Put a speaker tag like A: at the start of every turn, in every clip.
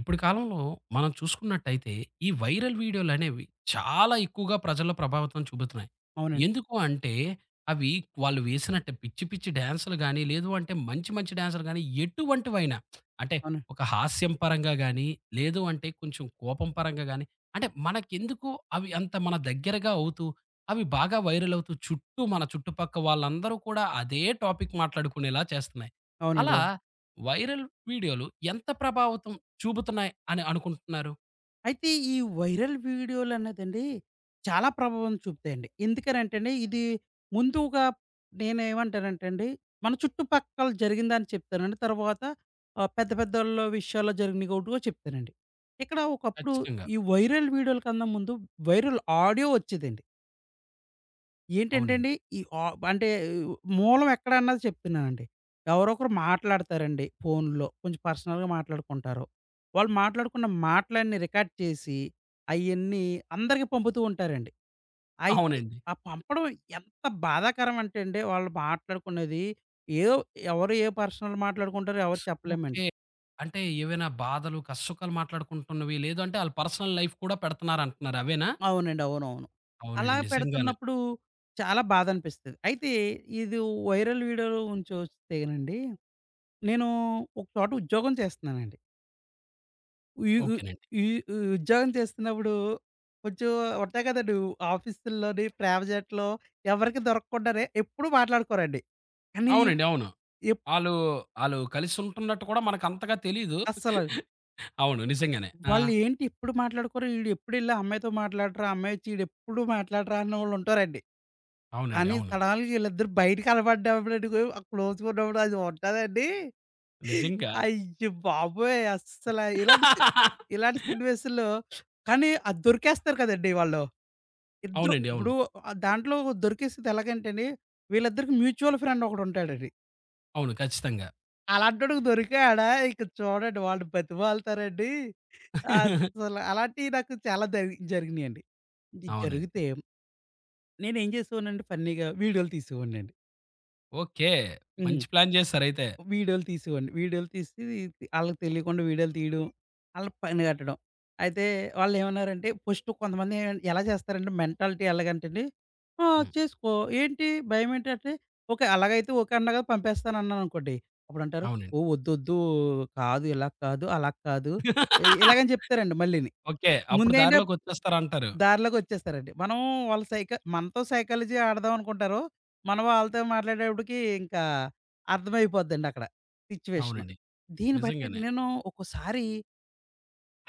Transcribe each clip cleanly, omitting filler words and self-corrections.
A: ఇప్పుడు కాలంలో మనం చూసుకున్నట్టయితే, ఈ వైరల్ వీడియోలనేవి చాలా ఎక్కువగా ప్రజల్లో ప్రభావితం చూపుతున్నాయి.
B: అవునండి.
A: ఎందుకు అంటే, అవి వాళ్ళు వేసినట్టు పిచ్చి పిచ్చి డాన్సులు గానీ, లేదు అంటే మంచి మంచి డాన్సులు గానీ, ఎటువంటివైనా అంటే
B: అవును.
A: ఒక హాస్యం పరంగా గానీ, లేదు అంటే కొంచెం కోపం పరంగా గానీ, అంటే మనకెందుకో అవి అంత మన దగ్గరగా అవుతూ, అవి బాగా వైరల్ అవుతూ, చుట్టూ మన చుట్టుపక్క వాళ్ళందరూ కూడా అదే టాపిక్ మాట్లాడుకునేలా చేస్తున్నాయి.
B: అవునండి.
A: అలా
B: అవును.
A: వైరల్ వీడియోలు ఎంత ప్రభావితం చూపుతున్నాయి అని అనుకుంటున్నారు.
B: అయితే ఈ వైరల్ వీడియోలన్నదండి చాలా ప్రభావం చూపుతాయండి. ఎందుకనంటేండి ఇది ముందుగా నేనేమంటానంటేండి మన చుట్టుపక్కల జరిగిందని చెప్తానండి. తర్వాత పెద్ద పెద్దోళ్ళ విషయాల్లో జరిగినవి గూడా చెప్తానండి. ఇక్కడ ఒకప్పుడు
A: ఖచ్చితంగా.
B: ఈ వైరల్ వీడియోల కన్నా ముందు వైరల్ ఆడియో వచ్చేదండి. ఏంటంటే
A: అవునండి.
B: అండి, ఈ ఆ అంటే మూలం ఎక్కడన్నది చెప్తున్నానండి. ఎవరో ఒకరు మాట్లాడతారండి ఫోన్‌లో. కొంచెం పర్సనల్‌గా మాట్లాడుకుంటారు. వాళ్ళు మాట్లాడుకున్న మాటలన్నీ రికార్డ్ చేసి, అయన్నీ అందరికి పంపుతూ ఉంటారండి. అయితే
A: అవునండి.
B: ఆ పంపడం ఎంత బాధాకరం అంటే అండి, వాళ్ళు మాట్లాడుకున్నది ఏదో ఎవరు ఏ పర్సనల్ మాట్లాడుకుంటారో ఎవరు చెప్పలేమండి.
A: ఓకే. అంటే ఏవైనా బాధలు, కష్టసుఖాలు మాట్లాడుకుంటున్నవి, లేదు అంటే ఆళ్ళ పర్సనల్ లైఫ్ కూడా పెడుతున్నారంటున్నారు అవేనా?
B: అవునండి. అవునవును.
A: అవునండి.
B: అలా
A: నిజంగానే.
B: పెడుతున్నప్పుడు చాలా బాధనిపిస్తది. అయితే ఇది వైరల్ వీడియోలో ఉంచొస్తేనండి నేను ఒక చోట ఉద్యోగం చేస్తున్నానండి. ఈ ఉ
A: ఓకేనండి.
B: ఈ ఈ ఉద్యోగం చేస్తున్నప్పుడు కొంచెం ఉంటాయి కదండీ! ఆఫీసుల్లోని, ప్రైవేట్ జెట్‌లో ఎవరికీ దొరకకుండానే ఎప్పుడు మాట్లాడుకోరండి. కానీ
A: అవునండి. అవును.
B: ఎప్
A: ఆళ్ళు, ఆళ్ళు కలిసి ఉంటున్నట్టు కూడా మనకంతగా తెలీదు.
B: అస్సలు
A: అవును. నిజంగానే. ఆ!
B: వాళ్ళు ఏంటి ఎప్పుడు మాట్లాడుకోరు, ఈడు ఎప్పుడెళ్లి ఆ అమ్మాయితో మాట్లాడరా, ఆ అమ్మాయి వచ్చి ఈడెప్పుడు మాట్లాడరా అన్నోళ్ళు ఉంటారండి.
A: అవునండి.
B: కానీ
A: అవును.
B: సడన్‌గా వీళ్ళిద్దరూ బయట కనపడ్డప్పుడు ఆ క్లోజ్‌గా ఉన్నప్పుడు అది ఉంటదండి.
A: నిజంగా.
B: అయ్య బాబోయ్! అస్సల ఇలాంటి సినివేషన్‌లో కానీ అది దొరికేస్తారు కదండీ వాళ్ళు. ఇద్దరు
A: అవునండి. అవును.
B: ఇప్పుడు దాంట్లో దొరికేసేది ఎలాగంటేండి, వీళ్ళిద్దరికి మ్యూచువల్ ఫ్రెండ్ ఒకడుంటాడండి.
A: అవును. ఖచ్చితంగా.
B: అలాంటోడికి దొరికాడా ఇక చూడండి వాళ్ళు బతిమాలుతారండి. అస్సలు అలాంటియి నాకు చాలా జరిగినియండి. ఇది
A: అవునండి.
B: జరిగితే నేనేం చేసేవాడినంటే ఫన్నీగా వీడియోలు తీసేవాడినండి.
A: ఓకే.
B: హ్మ్.
A: మంచి ప్లాన్ చేసారైతే.
B: వీడియోలు తీసేవాడిని. వీడియోలు తీసి ఆళ్ళకి తెలియకుండా వీడియోలు తీయడం, ఆళ్ళకి పని కట్టడం. అయితే వాళ్ళేమన్నారంటే ఫస్ట్ కొంతమంది ఎలా చేస్తారంటే మెంటాలిటీ ఎలాగంటండి "ఆ!
A: హ్మ్.
B: చేసుకో ఏంటి భయమేంటి" అంటే ఓకే. అలాగైతే ఓకే అన్నా కదా! పంపేస్తానన్నాననుకోండి. అప్పుడంటారు
A: అవునండి.
B: "ఓహ్! ఒద్దొద్దు కాదు ఇలా కాదు, అలా కాదు" ఇలాగని చెప్తారండి మళ్ళీని.
A: ఓకే. అప్పుడు
B: ముందేంటో
A: దారిలోకొచ్చేస్తారంటారు.
B: దారిలోకొచ్చేసారండి. మనం వాళ్ళ మనతో సైకాలజీ ఆడదాం అనుకుంటారు. మనం వాళ్ళతో మాట్లాడేటప్పటికి ఇంకా అర్థమైపోద్దండక్కడ సిచ్యువేషను.
A: అవునండి.
B: దీన్ని బట్టి
A: నిజంగానే.
B: నేను ఒక్కోసారి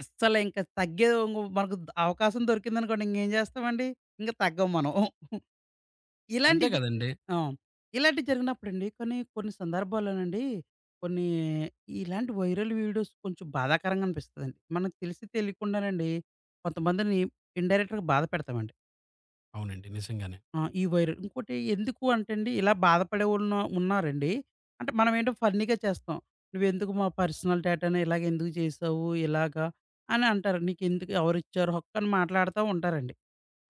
B: అస్సలు ఇంక తగ్గే ఇంగ మనకు అవకాశం దొరికిందనుకోండి ఇంగేం జేస్తామండి? ఇంక తగ్గం మనం. ఇలాంటి
A: అంతే
B: జ
A: గదండీ!
B: ఆ! ఇలాంటివి జరిగినప్పుడండి కొన్ని కొన్ని సందర్భాల్లోనండి కొన్ని ఇలాంటి వైరల్ వీడియోస్ కొంచెం బాధాకరంగా అనిపిస్తదండి. మనకు తెలిసి తెలియకుండానండి కొంతమందిని ఇండైరెక్ట్‌గా బాధ పెడతామండి.
A: అవునండి. నిజంగానే.
B: ఆ! ఈ వైరల్. ఇంకోటి ఎందుకు అంటే అండి, ఇలా బాధపడేవాళ్ళు ఉన్నారండి. అంటే మనమేంటో ఫన్నీగా చేస్తాం. "నువ్వెందుకు మా పర్సనల్ డేటాని ఇలాగ ఎందుకు చేసావు? ఇలాగా" అని అంటారు. "నీకెందుకు ఎవరిచ్చారు హక్కు" అని మాట్లాడుతా ఉంటారండి.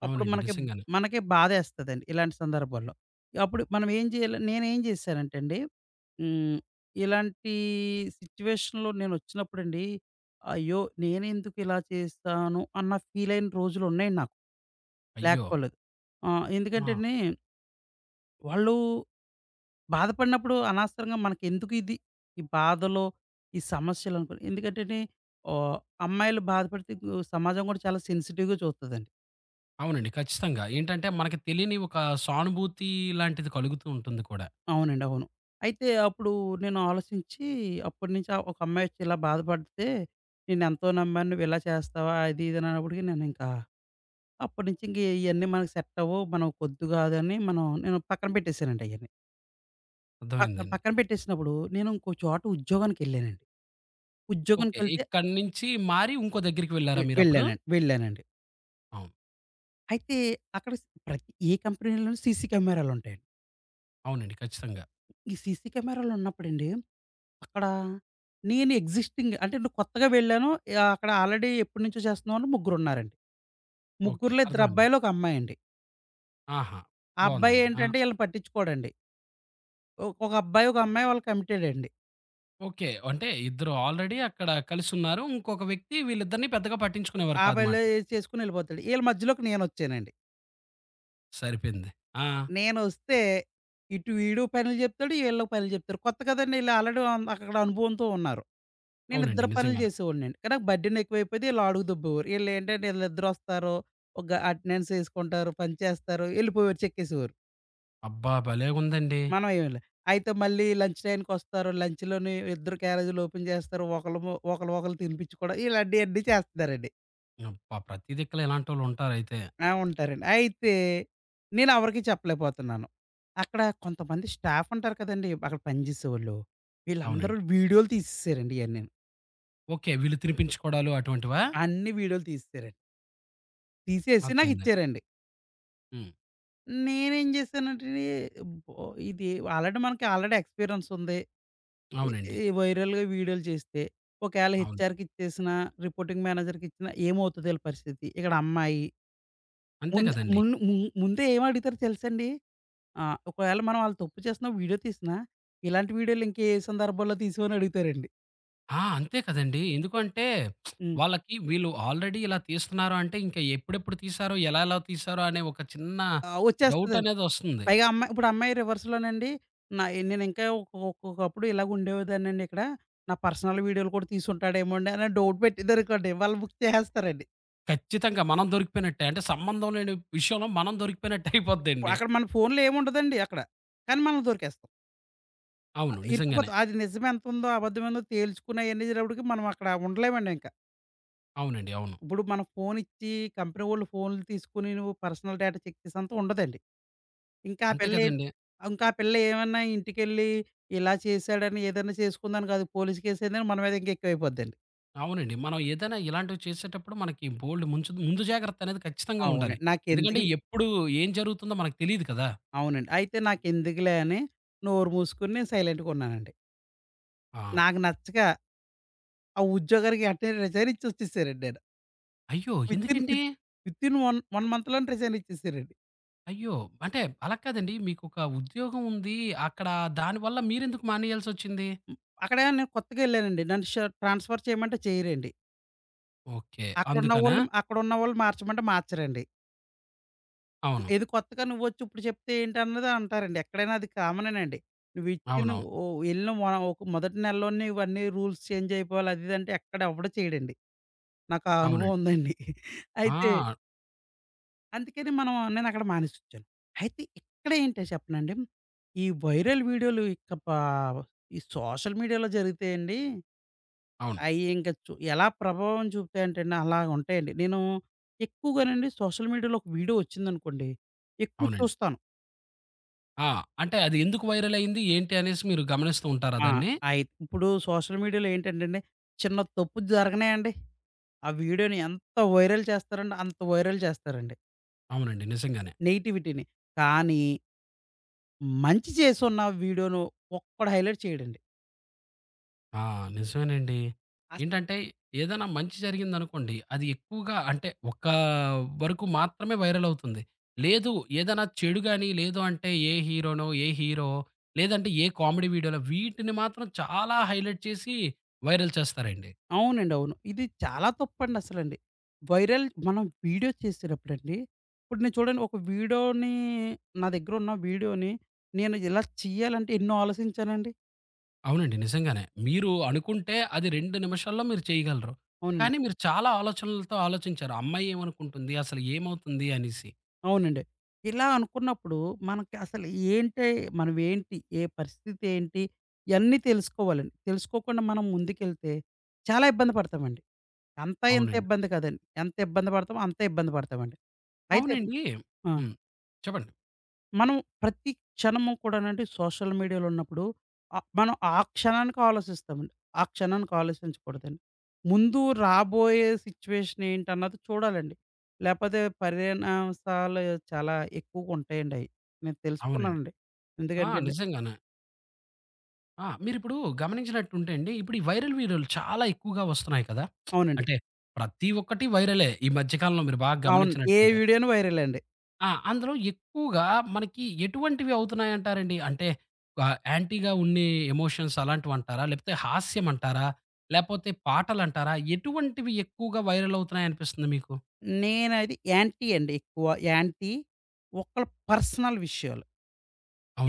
B: అప్పుడు
A: అవునండి.
B: మనకి
A: నిజంగానే.
B: మనకే బాధేస్తదండి ఇలాంటి సందర్భాల్లో. అప్పుడు మనం ఏం చేయాలి నేనేం చేశానంటే అండి, హ్మ్. ఇలాంటి సిట్యుయేషన్‌లో నేనొచ్చినప్పుడండి, అయ్యో! నేనెందుకు ఇలా చేశాను అన్న ఫీలయిన రోజులున్నాయండి నాకు.
A: అయ్యో!
B: లేకపోలేదు. ఆ!
A: ఆ!
B: ఎందుకంటేండి వాళ్ళు బాధపడినప్పుడు అనవసరంగా మనకెందుకు ఇది? ఈ బాధలో, ఈ సమస్యలనుకోని ఎందుకంటేండి ఆహ్, అమ్మాయిలు బాధపడితే సమాజం గూడా చాలా సెన్సిటివ్‌గా చూస్తదండి.
A: అవునండి. ఖచ్చితంగా. ఏంటంటే, మనకి తెలియని ఒక సానుభూతి లాంటిది కలుగుతూ ఉంటుంది కూడా.
B: అవునండి. అవును. అయితే అప్పుడు నేను ఆలోచించి అప్పటినుంచి ఒక అమ్మాయొచ్చి ఇలా బాధపడితే నేనెంతో నమ్మాను. నువ్వు ఇలా చేస్తావా? అది ఇది అనప్పటికి నేనింకా అప్పటినుంచి ఇంక ఇయన్నీ మనకు సెట్ అవ్వవు. మనం కొద్దు కాదని మనం నేను పక్కన పెట్టేసానండి అయన్నీ. పక్కన
A: అర్థమైందండి.
B: పక్కన పెట్టేసినప్పుడు నేను ఇంకో చోట ఉద్యోగానికెళ్ళానండి.
A: ఓకే.
B: ఉద్యోగానికెళ్తే
A: ఇక్కడి నుంచి మారి ఇంకో దగ్గరికి వెళ్లారా మీరప్పుడు?
B: వెళ్ళానండి. వెళ్ళానండి.
A: అవును.
B: అయితే అక్కడ ప్రతి ఏ కంపెనీలోనూ సీసీ కెమెరాలుంటాయండి.
A: అవునండి. ఖచ్చితంగా.
B: ఈ సీసీ కెమెరాలున్నప్పుడండి, అక్కడ నేను ఎగ్జిస్టింగ్ అంటే నేను కొత్తగా వెళ్ళాను. అక్కడ ఆల్రెడీ ఎప్పటినుంచో చేస్తున్న వాళ్ళు ముగ్గురున్నారండి.
A: ఓకే.
B: ముగ్గురులో
A: అర్థమైంది.
B: ఇద్దరబ్బాయిలు, ఒక అమ్మాయండి.
A: ఆహా!
B: ఆ అబ్బాయి
A: బావుందండి. ఆ!
B: ఏంటంటే ఈళ్ళని పట్టించుకోడండి. ఒక అబ్బాయి, ఒక అమ్మాయి వాళ్ళు కమిటెడండి.
A: ఓకే. అంటే ఇద్దరు ఆల్రెడీ అక్కడ కలిసున్నారు. ఇంకొక వ్యక్తి వీళ్ళిద్దరిని పెద్దగా పట్టించుకునేవారు
B: ఆ
A: కాదమాట.
B: అబ్బాయిలే చేసుకొని ఎళ్ళిపోతాడు. ఈళ్ళ మధ్యలోకి నేనొచ్చానండి.
A: సరిపోయింది. ఆ!
B: నేనొస్తే ఇటు వీడు పనులు జెప్తాడు, ఈళ్ళు పనులు జెప్తారు. కొత్త కదండీ! ఈళ్ళు ఆల్రెడీ అక్కడ అనుభవంతో ఉన్నారు. నేను
A: అవునండి.
B: ఇద్దరు పనులు
A: నిజంగానే.
B: చేసేవాడినండి. కానీ నాకు బర్డెన్ ఎక్కువైపోయేది, ఈళ్ళు అడుగు దొబ్బేవారు. ఈళ్ళేంటంటే ఈళ్ళిద్దరొస్తారు, ఒక అటెండెన్స్ ఏసుకుంటారు, పని చేస్తారు, ఎళ్ళిపోయేవారు, చెక్కేసేవారు.
A: అబ్బా! భలేగుందండి.
B: మనం ఏమిలే. అయితే మళ్ళీ లంచ్ టైంకొస్తారు, లంచ్‌లోని ఇద్దరు క్యారేజీలు ఓపెన్ చేస్తారు. ఒకళ్ళము ఒకళ్ళు ఒకళ్ళు తినిపించుకోవడం ఇలాంటియన్నీ చేస్తున్నారండి.
A: అబ్బా! ప్రతి దిక్కుల ఇలాంటోళ్ళు ఉంటారైతే.
B: ఆ! ఉంటారండి. అయితే నేను ఎవరికీ చెప్పలేకపోతున్నాను. అక్కడ కొంతమంది స్టాఫ్ ఉంటారు కదండీ! అక్కడ పనిచేసేవాళ్ళు. వీళ్ళందరూ
A: అవునండి.
B: వీడియోలు తీసేసారండి ఇయన్నీను.
A: ఓకే. వీళ్ళు తినిపించుకోవడాలు అటువంటివా?
B: అన్ని వీడియోలు తీసేసారండి. తీసేసి
A: అర్థమైందండి.
B: నాకిచ్చారండి.
A: హ్మ్.
B: నేనేం జేశానంటే, బో ఇది ఆల్రెడీ మనకి ఆల్రెడీ ఎక్స్‌పీరియన్స్ ఉంది. ఈ
A: అవునండి.
B: ఈ వైరల్‌గా వీడియోలు చేస్తే, ఒకవేళ
A: అవును.
B: హెచ్‌ఆర్‌కి ఇచ్చేసినా, రిపోర్టింగ్ మేనేజర్‌కి ఇచ్చినా ఏమవుతదో ఈళ్ళ పరిస్థితి. ఇక్కడ అమ్మాయి
A: అంతే
B: ముందు
A: కదండీ.
B: మున్ మున్ ముందే ఏం అడుగుతారో తెలుసండి? ఒకవేళ మనం ఆళ్ళు తప్పు చేస్తున్నా వీడియో తీసినా, ఇలాంటి వీడియోలు ఇంకే సందర్భంలో తీసివని అడుగుతారండి.
A: ఆ! అంతే కదండీ. ఎందుకంటే
B: హ్మ్.
A: వాళ్ళకి వీళ్ళు ఆల్రెడీ ఇలా తీస్తున్నారు అంటే ఇంకా ఎప్పుడెప్పుడు తీశారో, ఎలా ఎలా తీశారో అనే ఒక చిన్న
B: ఆ! వచ్చేస్తది.
A: డౌటనేదొస్తుంది.
B: పైగా అమ్మాయి ఇప్పుడు అమ్మాయి రివర్స్‌లోనండి. నా నేను ఇంకా ఒక్కొక్కప్పుడు ఇలాగ ఉండేదాన్నండి ఇక్కడ. నా పర్సనల్ వీడియోలు కూడా తీసుంటాడేమోండి అని డౌట్ పెట్టిందనుకోండి. వాళ్ళు బుక్ చేసేస్తారండి.
A: ఖచ్చితంగా మనం దొరికిపోయినట్టే. అంటే సంబంధం లేని విషయంలో మనం దొరికిపోయినట్టు
B: ఇప్పుడు
A: అయిపోద్దండి.
B: అక్కడ మన ఫోన్‌లో ఏముండదండి అక్కడ. కానీ మనం దొరికేస్తాం.
A: అవును. నిజంగానే.
B: ఇరుక్కుపోతాం. అది నిజం ఎంతుందో, అబద్ధమేందో తేల్చుకుని అయన్నీ జరిగినప్పటికి మనం అక్కడ ఉండలేమండి ఇంక.
A: అవునండి. అవును.
B: ఇప్పుడు మనం ఫోన్ ఇచ్చి కంపెనీ వోళ్ళు ఫోన్‌లు తీసుకొని నువ్వు పర్సనల్ డేటా చెక్ చేసేంత ఉండదండి. ఇంకా ఆ
A: అంతే
B: పిల్ల ఏం
A: కదండీ!
B: ఇంకా ఆ పిల్ల ఏమన్నా ఇంటికెళ్ళి ఇలా చేశాడని ఏదైనా చేసుకుందని కాదు పోలీస్ కేసేదని మన మీద ఇంకా ఎక్కువైపోద్దండి.
A: అవునండి. మనం ఏదైనా ఇలాంటివి చేసేటప్పుడు మనకి బోలెడు ముందు జాగ్రత్త అనేది ఖచ్చితంగా ఉండాలి.
B: అవునండి.
A: ఎందుకంటే
B: నాకెందుకులే
A: ఎప్పుడు ఏం జరుగుతుందో మనకు తెలీదు కదా!
B: అవునండి. అయితే నాకెందుకులే అని నోరు మూసుకొని సైలెంట్‌గా ఉన్నానండి.
A: ఆ!
B: నాకు నచ్చక ఆ ఉద్యోగానికి వెంటనే రిజైన్ ఇచ్చి వచ్చేసానండి నేను.
A: అయ్యో!
B: వితిన్
A: ఎందుకండి?
B: విత్ వితిన్ 1 మంత్‌లోనే రిజైన్ ఇచ్చేసారండి.
A: అయ్యో! అంటే అలా కాదండి. మీకొక ఉద్యోగం ఉంది. అక్కడ దానివల్ల మీరెందుకు మానేయాల్సొచ్చింది?
B: హ్మ్. అక్కడ నేను కొత్తగా ఎళ్ళానండి. నన్ను ట్రాన్స్‌ఫర్ చేయమంటే చేయరండి.
A: ఓకే. అందుకనా?
B: అక్కడున్నవోళ్ళని అక్కడున్నవోళ్ళని మార్చమంటే మార్చరండి.
A: అవును.
B: "ఇది కొత్తగా నువ్వొచ్చి ఇప్పుడు చెప్తే ఏంటన్నది" అంటారండి. ఎక్కడైనా అది కామనేనండి. "నువ్విచ్చిన
A: అవునవును.
B: ఓ ఎళ్ళిన వ ఒక మొదటి నెలలోనే ఇవన్నీ రూల్స్ చేంజ్ అయిపోవాలి" అది ఇది అంటే ఎక్కడ ఎవడు చేయడండి. నాకు ఆ అనుభవం
A: అవునండి.
B: ఉందండి. అయితే
A: ఆ!
B: అందుకని మనం నేనక్కడ మానేసొచ్చాను. అయితే ఇక్కడ ఏంటో చెప్పనండి, ఈ వైరల్ వీడియోలు ఇక పా ఈ సోషల్ మీడియాలో జరిగితేయండి,
A: అవును.
B: అయి ఇంక చు ఎలా ప్రభావం చూపుతాయంటేండి అలాగుంటాయండి. నేను ఎక్కువగానండి సోషల్ మీడియాలో ఒక వీడియో వచ్చిందనుకోండి, ఎక్కువ
A: అవునండి.
B: చూస్తాను.
A: ఆ! అంటే అది ఎందుకు వైరల్ అయింది? ఏంటి అనేసి మీరు గమనిస్తూ ఉంటారా
B: ఆ!
A: దాన్ని?
B: అయి ఇప్పుడు సోషల్ మీడియాలో ఏంటంటేండి, చిన్న తప్పు జరగనేయండి, ఆ వీడియోని ఎంత వైరల్ చేస్తారంటే అంత వైరల్ చేస్తారండి
A: అవునండి. నిజంగానే.
B: నెగటివిటీని. కానీ మంచి చేసున్న వీడియోను ఒక్కడు హైలైట్ చేయడండి.
A: ఆ! నిజమేనండి.
B: అస్
A: ఏంటంటే ఏదైనా మంచి జరిగిందనుకోండి, అది ఎక్కువగా అంటే ఒక వరకు మాత్రమే వైరల్ అవుతుంది. లేదు ఏదైనా చెడు గాని, లేదు అంటే ఏ హీరోనో, ఏ హీరో లేదంటే ఏ కామెడీ వీడియోలో వీటిని మాత్రం చాలా హైలైట్ చేసి వైరల్ చేస్తారండి.
B: అవునండి. అవును. ఇది చాలా తప్పండి అసలండి. వైరల్ మనం వీడియో చేసేటప్పుడండి ఇప్పుడు నేను చూడండి ఒక వీడియోని నా దగ్గరున్న వీడియోని నేను ఇలా చేయాలంటే ఎన్నో ఆలోచించానండి.
A: అవునండి. నిజంగానే. మీరు అనుకుంటే అది 2 నిమిషాల్లో మీరు చేయగలరు.
B: అవునండి.
A: కానీ మీరు చాలా ఆలోచనలతో ఆలోచించారు. అమ్మాయి ఏమనుకుంటుంది? అసలు ఏమవుతుంది? అనేసి.
B: అవునండి. ఇలా అనుకున్నప్పుడు మనకి అసలు ఏంటి, మనం ఏంటి, ఏ పరిస్థితి ఏంటి, ఇయన్నీ తెలుసుకోవాలండి. తెలుసుకోకుండా మనం ముందుకెళ్తే చాలా ఇబ్బంది పడతామండి. అంతా ఇంత
A: అవునండి.
B: ఇబ్బంది కాదండి. ఎంత ఇబ్బంది పడతామో అంతే ఇబ్బంది పడతామండి. అయితే
A: అవునండి.
B: ఆ!
A: హ్మ్. చెప్పండి.
B: మనం ప్రతి క్షణము కూడానండి సోషల్ మీడియాలో ఉన్నప్పుడు మనం ఆ క్షణానికి ఆలోచిస్తామండి. ఆ క్షణానికి ఆలోచించకూడదండి. ముందు రాబోయే సిట్యుయేషన్ ఏంటన్నది చూడాలండి. లేపోతే పరిణామాలు చాలా ఎక్కువగా ఉంటాయండి అయి. నేను
A: అవునండి.
B: తెలుసుకున్నానండి.
A: ఆ!
B: ఎందుకంటే అండి
A: నిజంగానే. ఆ! మీరిప్పుడు గమనించినట్టుంటే అండి, ఇప్పుడు ఈ వైరల్ వీడియోలు చాలా ఎక్కువగా వస్తున్నాయి కదా!
B: అవునండి.
A: అంటే ప్రతి ఒక్కటి వైరలే. ఈ మధ్య కాలంలో మీరు బాగా
B: అవును. ఏ
A: గమనించినట్టుంటే.
B: వీడియోను వైరల్ అండి.
A: ఆ! అందులో ఎక్కువగా మనకి ఎటువంటివి అవుతున్నాయంటారండి? అంటే ఆహ్, యాంటీగా ఉండే ఎమోషన్స్ అలాంటివంటారా? లేకపోతే హాస్యం అంటారా? లేపోతే పాటలంటారా? ఎటువంటివి ఎక్కువగా వైరల్ అవుతున్నాయనిపిస్తుంది మీకు?
B: నేనది యాంటీ అండి ఎక్కువ. యాంటీ ఒకళ్ళ పర్సనల్ విషయాలు.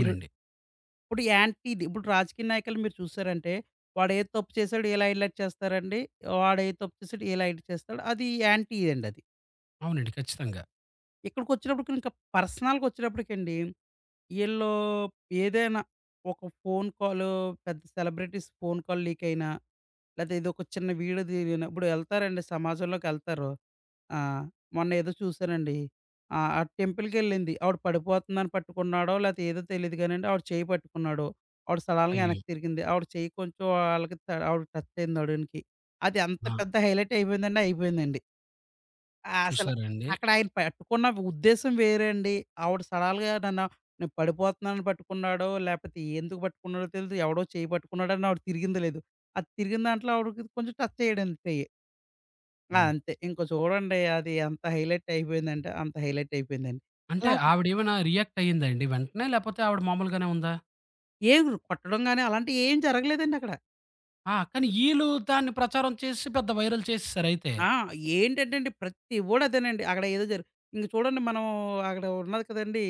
B: ఈ ఇప్పుడు యాంటీ ఇది. ఇప్పుడు రాజకీయ నాయకులు మీరు చూసారంటే, వాడేది తప్పు చేసాడు, ఇలా హైలైట్ చేస్తారండి. వాడేది తప్పు చేసాడు, ఇలా హైలైట్ చేస్తాడు. అది యాంటీ ఇదండది.
A: అవునండి. ఖచ్చితంగా.
B: ఇక్కడికొచ్చినప్పటికి ఇంకా పర్సనల్‌గా వచ్చేటప్పటికండి, ఈళ్ళు ఏదైనా ఒక ఫోను కాలు పెద్ద సెలబ్రిటీస్ ఫోను కాల్ లీక్ అయినా, లేతే ఏదో ఒక చిన్న వీడియో దిగిన ఇప్పుడు ఎళ్తారండి సమాజంలోకెళ్తారు. ఆహ్, మొన్న ఏదో చూసానండి. ఆ టెంపుల్‌కెళ్ళింది. ఆవిడ పడిపోతుందని పట్టుకున్నాడో, లేతే ఏదో తెలీదు గానండి ఆవిడ చెయ్యి పట్టుకున్నాడు. ఆవిడ సడన్‌గా
A: అయ్యో!
B: వెనక్కి తిరిగింది. ఆవిడ చెయ్యి కొంచెం ఆళ్ళకి త ఆవిడకి టచ్ అయింది నడుముకి. అది ఎంత
A: ఆ!
B: పెద్ద హైలైట్ అయిపోయిందంటే అయిపోయిందండి. ఆ! అసల
A: చూసారా అండి?
B: అక్కడ ఆయన పట్టుకున్న ఉద్దేశ్యం వేరే అండి. ఆవిడ సడెన్‌గా నన్ను నేను పడిపోతున్నానని పట్టుకున్నాడో, లేపోతే ఎందుకు పట్టుకున్నాడో తెలీదు. ఎవడో చెయ్యి పట్టుకున్నాడని ఆవిడ తిరిగింది లేదు. అది తిరిగిన దాంట్లో ఆవిడకి కొంచెం టచ్ అయ్యాడండి చెయ్యి. ఆ!
A: హ్మ్.
B: అంతే. ఇంక చూడండి అది ఎంత హైలైట్ అయిపోయిందంటే, అంత హైలైట్ అయిపోయిందండి.
A: అంటే
B: అలా
A: ఆవిడేమైనా రియాక్ట్ అయ్యిందా అండి వెంటనే? లేపోతే ఆవిడ మామూలుగానే ఉందా?
B: ఏమి కొట్టడం గాని అలాంటియేం జరగలేదండి అక్కడ.
A: ఆ! కానీ ఈళ్ళు దాన్ని ప్రచారం చేసి పెద్ద వైరల్ చేసేసారయితే.
B: ఆ! ఏంటంటే అండి ప్రతి ఓడు అదేనండి. అక్కడ ఏదో జరు ఇంక చూడండి మనం అక్కడ ఉన్నది కదండీ!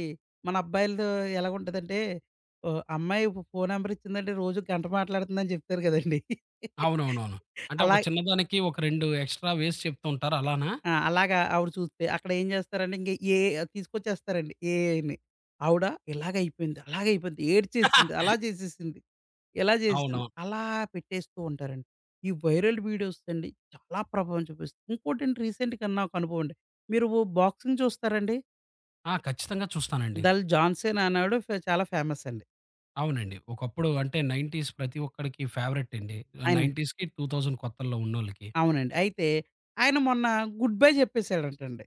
B: మన అబ్బాయిలతో ఎలాగుంటదంటే ఓ అమ్మాయి ఫోను నంబర్ ఇచ్చిందంటే రోజు గంట మాట్లాడుతుందని చెప్తారు కదండీ!
A: అవునవునవును. అంటే ఒక
B: అలా
A: చిన్నదానికి ఒక 2 ఎక్స్‌ట్రా వేసి చెప్తూ ఉంటారు అలానా?
B: ఆ! అలాగా ఆవిడ చూస్తే అక్కడేం చేస్తారంటే ఇంక ఏఐ తీసుకొచ్చేస్తారండి ఏఐని. ఆవిడ ఇలాగైపోయింది, అలాగైపోయింది, ఏడ్చేసింది, అలా చేసేసింది, ఇలా చేసేసింది,
A: అవునవును.
B: అలా పెట్టేస్తూ ఉంటారండి. ఈ వైరల్ వీడియోస్ అండి చాలా ప్రభావం చూపిస్తాయి. ఇంకోటండి రీసెంట్‌గా నాకు అనుభవం అండి. మీరు బాక్సింగ్ చూస్తారండి?
A: ఆ! ఖచ్చితంగా చూస్తానండి.
B: 'దల్ జాన్సన్' అనేవాడు చాలా ఫేమస్ అండి.
A: అవునండి. ఒకప్పుడు అంటే 90స్ ప్రతి ఒక్కడికి ఫేవరెట్ అండి.
B: ఆయన
A: 90స్‌కి 2000 కొత్తల్లో ఉన్నోళ్ళకి.
B: అవునండి. అయితే ఆయన మొన్న గుడ్ బై చెప్పేసాడంటండి.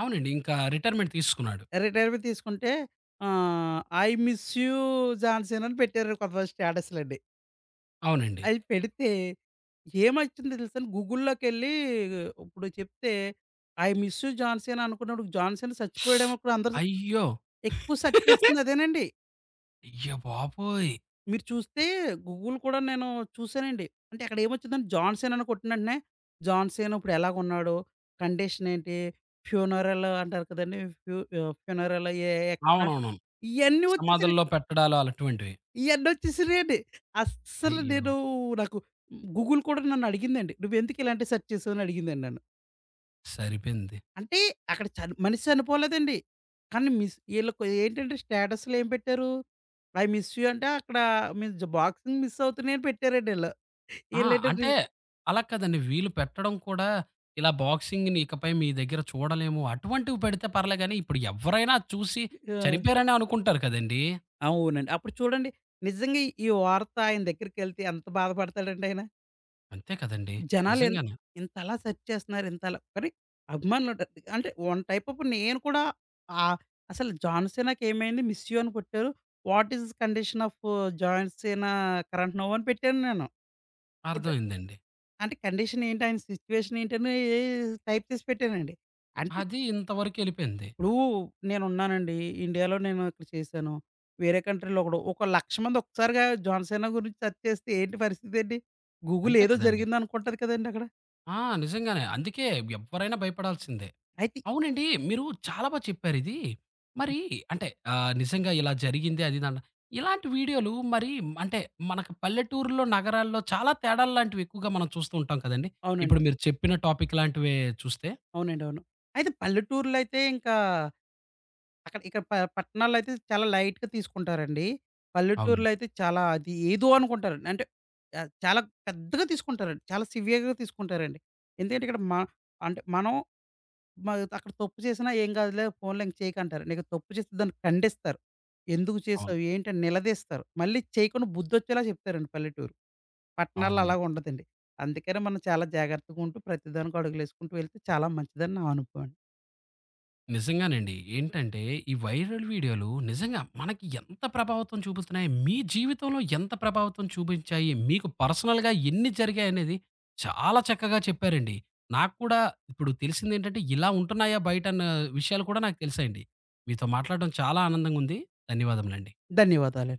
A: అవునండి. ఇంకా రిటైర్మెంట్ తీసుకున్నాడు.
B: రిటైర్‌మెంట్ తీసుకుంటే ఆహ్, 'ఐ మిస్ యూ జాన్సన్' అని పెట్టారు కొంతమంది స్టేటస్‌లండి.
A: అవునండి.
B: అయి పెడితే ఏమొచ్చిందో తెలుసా? గూగుల్‌లోకెళ్ళి ఇప్పుడు చెప్తే 'ఐ మిస్ యూ జాన్సన్' అనుకున్నప్పుడు 'జాన్సన్' చచ్చిపోయాడేమో కూడా అందరూ
A: అయ్యో!
B: ఎక్కువ సెర్చ్ చేసింది అదేనండి.
A: అయ్య బాబోయ్!
B: మీరు చూస్తే గూగుల్ కూడా నేను చూసానండి. అంటే అక్కడ ఏమొచ్చిందంటే 'జాన్సన్' అని కొట్టిన వెంటనే 'జాన్సన్' ఇప్పుడు ఎలాగున్నాడు? కండిషన్ ఏంటి? ఫ్యూనరల్ అంటారు కదండీ! ఫ్యూనరల్ ఎక్కడ?
A: అవునవునవును.
B: ఇయన్నీ వచ్చేసాయి.
A: సమాధుల్లో పెట్టడాలు అలాటువంటివి.
B: ఇయన్నొచ్చేసినియండి. అస్సలు
A: అయ్యో!
B: నేను నాకు గూగుల్ కూడా నన్నడిగిందండి. "నువ్వెందుకు ఇలాంటి సెర్చ్ చేసావని" అడిగిందండి నన్ను.
A: సరిపోయింది.
B: అంటే అక్కడ మనిషి చనిపోలేదండి. కానీ మిస్ ఈళ్ళకు ఏంటంటే స్టేటస్‌లో ఏం పెట్టారు? ఐ మిస్ యూ అంటే అక్కడ మిస్ బాక్సింగ్ మిస్ అవుతున్నాయని పెట్టారండి ఈళ్ళు.
A: ఆ!
B: ఈళ్ళేంటో రి
A: అంటే అలా కాదండి. వీళ్ళు పెట్టడం కూడా ఇలా బాక్సింగ్‌ని ఇకపై మీ దగ్గర చూడలేము అటువంటివి పెడితే పర్లే గానీ, ఇప్పుడు ఎవ్వరైనా అది చూసి
B: ఆ!
A: చనిపోయారనే అనుకుంటారు కదండీ!
B: అవునండి. అప్పుడు చూడండి నిజంగా ఈ వార్త ఆయన దగ్గరికెళ్తే ఎంత బాధపడతాడండి ఆయన?
A: అంతే కదండీ!
B: జనాలు ఇన్
A: నిజంగానే.
B: ఇంతలా సెర్చ్ చేస్తున్నారు. ఇంతలా కానీ అభిమానులు డ అంటే వన్ టైప్ ఆఫ్ నేను కూడా ఆహ్, అసలు 'జాన్ సీనాకి ఏమైంది? మిస్ యూ' అని కొట్టారు. What is condition of John Cena current now అని పెట్టాను నేను. కొట్ట
A: అర్థమైందండి.
B: అంటే కండిషన్ ఏంటి? ఆయన సిట్యుయేషన్ ఏంటని టైప్ చేసి పెట్టానండి. అంటే
A: అది ఇంతవరకెళ్ళిపోయింది.
B: ఇప్పుడు నేనున్నానండి. ఇండియాలో నేను ఇక్కడ చేశాను. వేరే కంట్రీలో ఒకడు ఒక 1,00,000 మంది ఒక్కసారిగా జాన్ సీనా గురించి సెర్చ్ చేస్తే ఏంటి పరిస్థితి ఏంటి? గూగుల్
A: అంతే
B: ఏదో
A: కదండీ!
B: జరిగిందనుకుంటది కదండీ అక్కడ.
A: ఆ! నిజంగానే. అందుకే ఎవ్వరైనా భయపడాల్సిందే.
B: అయితే
A: అవునండి. మీరు చాలా చెప్పారిది. మరి అంటే ఆహ్, నిజంగా ఇలా జరిగింది అది ఇదని ఇలాంటి వీడియోలు మరి అంటే మనకు పల్లెటూరులో, నగరాల్లో చాలా తేడాలు లాంటివి ఎక్కువగా మనం చూస్తూ ఉంటాం కదండీ!
B: అవునండి.
A: ఇప్పుడు మీరు చెప్పిన టాపిక్ లాంటివే చూస్తే
B: అవునండి. అవును. అయితే పల్లెటూర్లో అయితే ఇంకా అక్కడ ఇక్కడ పట్టణాల్లో అయితే చాలా లైట్‌గా తీసుకుంటారండి. పల్లెటూర్లో
A: అవునండి.
B: అయితే చాలా అది ఏదో అనుకుంటారండి. అంటే చాలా పెద్దగా తీసుకుంటారండి. చాలా సివియర్‌గా తీసుకుంటారండి. ఎందుకంటే ఇక్కడ అంటే మనం మ అక్కడ తప్పు చేసినా ఏం కాదులే పోన్లే ఇంక చేయకంటారండి. ఇక్కడ తప్పు చేస్తే దాన్ని ఖండిస్తారు. ఎందుకు
A: అవును.
B: చేసావు? ఏంటని నిలదీస్తారు. మళ్ళీ చేయకుండా బుద్ధొచ్చేలా చెప్తారండి పల్లెటూరు. పట్టణాల్లో
A: అవునండి.
B: అలాగ ఉండదండి. అందుకనే మనం చాలా జాగ్రత్తగా ఉంటూ ప్రతి దానికి అడుగులేసుకుంటూ వెళ్తే చాలా మంచిదని నా అనుభవం అండి.
A: నిజంగానండి. ఏంటంటే, ఈ వైరల్ వీడియోలు నిజంగా మనకి ఎంత ప్రభావితం చూపిస్తున్నాయి, మీ జీవితంలో ఎంత ప్రభావితం చూపించాయి, మీకు పర్సనల్‌గా ఎన్ని జరిగాయనేది చాలా చక్కగా చెప్పారండి. నాకు కూడా ఇప్పుడు తెలిసిందేంటంటే, ఇలా ఉంటున్నాయా బయట అన్న విషయాలు కూడా నాకు తెలిసాయండి. మీతో మాట్లాడడం చాలా ఆనందంగా ఉంది. ధన్యవాదములండి.
B: ధన్యవాదాలు.